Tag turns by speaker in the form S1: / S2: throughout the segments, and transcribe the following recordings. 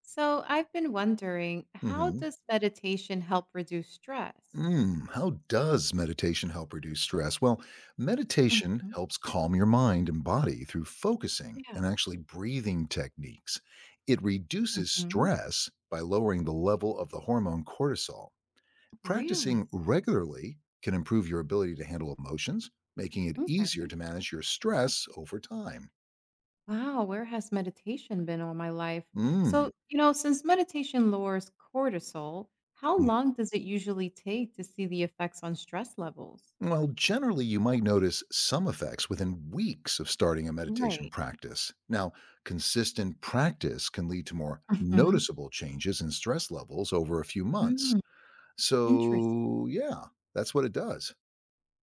S1: So I've been wondering, how
S2: Hmm.
S1: does meditation help reduce stress?
S2: How does meditation help reduce stress? Well, meditation
S1: Mhm.
S2: helps calm your mind and body through focusing and
S1: Yeah.
S2: actually breathing techniques. It reduces
S1: Mhm.
S2: stress by lowering the level of the hormone cortisol.
S1: Really?
S2: Practicing regularly can improve your ability to handle emotions, making it
S1: Okay.
S2: easier to manage your stress over time.
S1: Wow, where has meditation been all my life?
S2: Mm.
S1: So, you know, since meditation lowers cortisol, how long does it usually take to see the effects on stress levels?
S2: Well, generally, you might notice some effects within weeks of starting a meditation
S1: Right.
S2: practice. Now, consistent practice can lead to more
S1: Mhm.
S2: noticeable changes in stress levels over a few months.
S1: Mm. Interesting.
S2: So, yeah, that's what it does.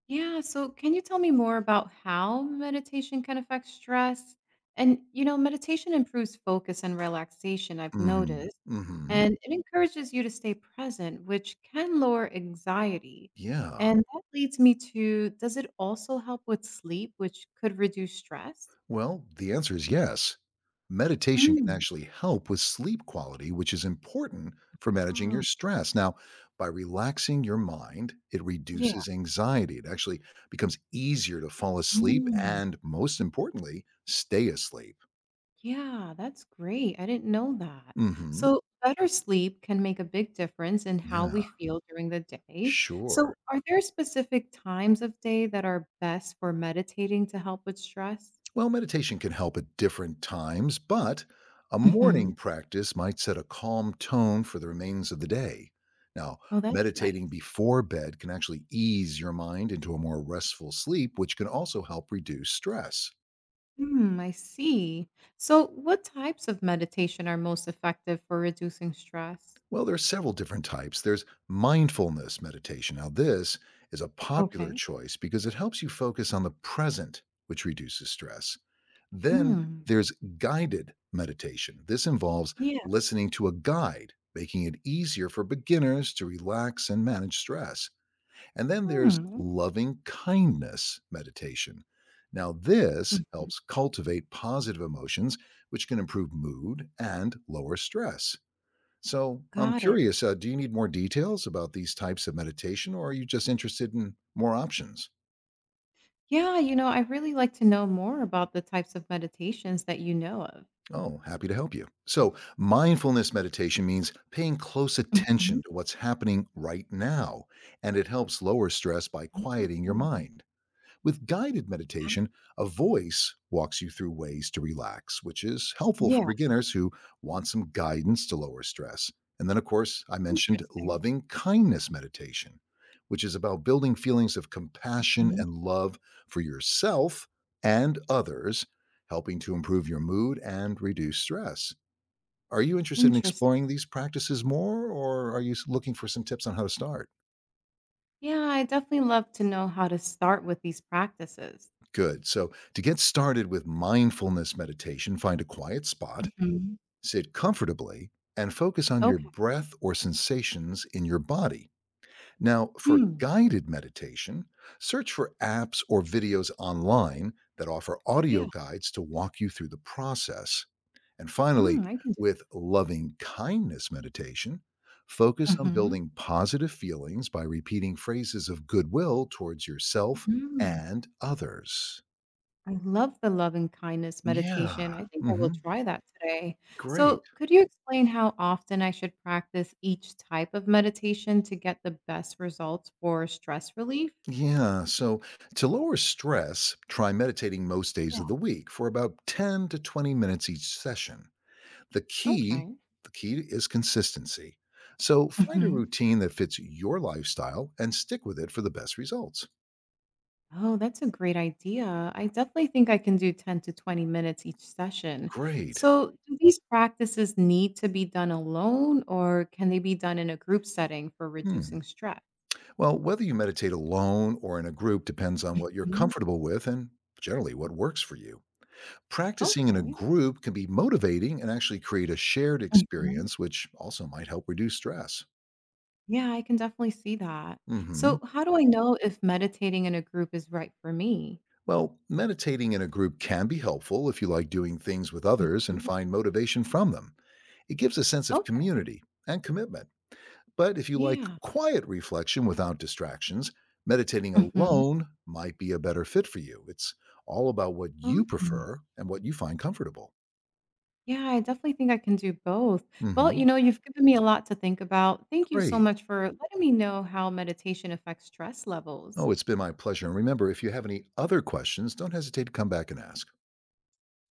S1: Yeah, so can you tell me more about how meditation can affect stress? And, you know, meditation improves focus and relaxation, I've
S2: Mm hmm.
S1: noticed,
S2: Mm hmm.
S1: and it encourages you to stay present, which can lower anxiety.
S2: Yeah.
S1: And that leads me to, does it also help with sleep, which could reduce stress?
S2: Well, the answer is yes. Meditation can
S1: Mm.
S2: actually help with sleep quality, which is important for managing
S1: Oh,
S2: your stress. Now, by relaxing your mind, it
S1: yeah.
S2: reduces anxiety. It actually becomes easier to fall asleep
S1: Mm.
S2: and, most importantly, stay asleep.
S1: Yeah, that's great. I didn't know that.
S2: Hmm.
S1: So, better sleep can make a big difference in how we
S2: Yeah,
S1: feel during the day.
S2: sure.
S1: So, are there specific times of day that are best for meditating to help with stress?
S2: Well, meditation can help at different times, but a
S1: Mhm.
S2: morning practice might set a calm tone for the remains of the day. Now,
S1: Oh, that's
S2: meditating
S1: nice.
S2: before bed can actually ease your mind into a more restful sleep, which can also help reduce stress.
S1: Hmm, I see. So, what types of meditation are most effective for reducing stress?
S2: Well, there are several different types. There's mindfulness meditation. Now, this is a popular
S1: Okay.
S2: choice because it helps you focus on the present, which reduces stress. Then
S1: Hmm.
S2: there's guided meditation. This involves
S1: Yeah.
S2: listening to a guide, making it easier for beginners to relax and manage stress. And then there's
S1: Hmm.
S2: loving kindness meditation. Now, this
S1: Mhm.
S2: helps cultivate positive emotions, which can improve mood and lower stress. So I'm
S1: Got it.
S2: curious, do you need more details about these types of meditation or are you just interested in more options?
S1: Yeah, you know, I really like to know more about the types of meditations that you know of.
S2: Oh, happy to help you. So, mindfulness meditation means paying close
S1: Mhm.
S2: attention to what's happening right now, and it helps lower stress by quieting your
S1: Mm.
S2: mind. With guided
S1: Ah,
S2: meditation, a voice walks you through ways to relax, which is helpful for
S1: yeah,
S2: beginners who want some guidance to lower stress. And then, of course, I mentioned
S1: interesting.
S2: loving kindness meditation, which is about building feelings of compassion
S1: Mhm.
S2: and love for yourself and others, helping to improve your mood and reduce stress. Are you interested in
S1: Interest
S2: exploring these practices more, or are you looking for some tips on how to start?
S1: Yeah, I definitely love to know how to start with these practices.
S2: Good. So, to get started with mindfulness meditation, find a quiet spot,
S1: Mhm.
S2: sit comfortably, and focus on your
S1: Okay.
S2: breath or sensations in your body. Now, for
S1: Mm.
S2: guided meditation, search for apps or videos online that offer audio
S1: Yeah.
S2: guides to walk you through the process. And finally,
S1: Mm, I can do
S2: with loving kindness meditation, focus
S1: that.
S2: on
S1: Mhm.
S2: building positive feelings by repeating phrases of goodwill towards yourself
S1: Mm.
S2: and others.
S1: I love the love and kindness meditation.
S2: Yeah.
S1: I think I will
S2: Mhm.
S1: try that today.
S2: Great.
S1: So, could you explain how often I should practice each type of meditation to get the best results for stress relief?
S2: Yeah. So to lower stress, try meditating most
S1: Yeah.
S2: days of the week for about 10 to 20 minutes each session. The key,
S1: Okay.
S2: the key is consistency. So find a
S1: Mhm.
S2: routine that fits your lifestyle and stick with it for the best results.
S1: Oh, that's a great idea. I definitely think I can do 10 to 20 minutes each session.
S2: Great.
S1: So, do these practices need to be done alone or can they be done in a group setting for reducing
S2: Hmm.
S1: stress?
S2: Well, whether you meditate alone or in a group depends on what you're
S1: Mhm.
S2: comfortable with and generally what works for you. Practicing in a
S1: Okay.
S2: group can be motivating and actually create a shared
S1: Mhm.
S2: experience, which also might help reduce stress.
S1: Yeah, I can definitely see that.
S2: Hmm.
S1: So, how do I know if meditating in a group is right for me?
S2: Well, meditating in a group can be helpful if you like doing things with others and
S1: Mhm.
S2: find motivation from them. It gives a sense of
S1: Okay.
S2: community and commitment. But if you like
S1: Yeah.
S2: quiet reflection without distractions, meditating
S1: Mhm.
S2: alone might be a better fit for you. It's all about what
S1: Oh.
S2: you prefer and what you find comfortable.
S1: Yeah, I definitely think I can do both. Well,
S2: Hmm.
S1: you know, you've given me a lot to think about. Thank you so
S2: Great.
S1: much for letting me know how meditation affects stress levels.
S2: Oh, it's been my pleasure. And remember, if you have any other questions, don't hesitate to come back and ask.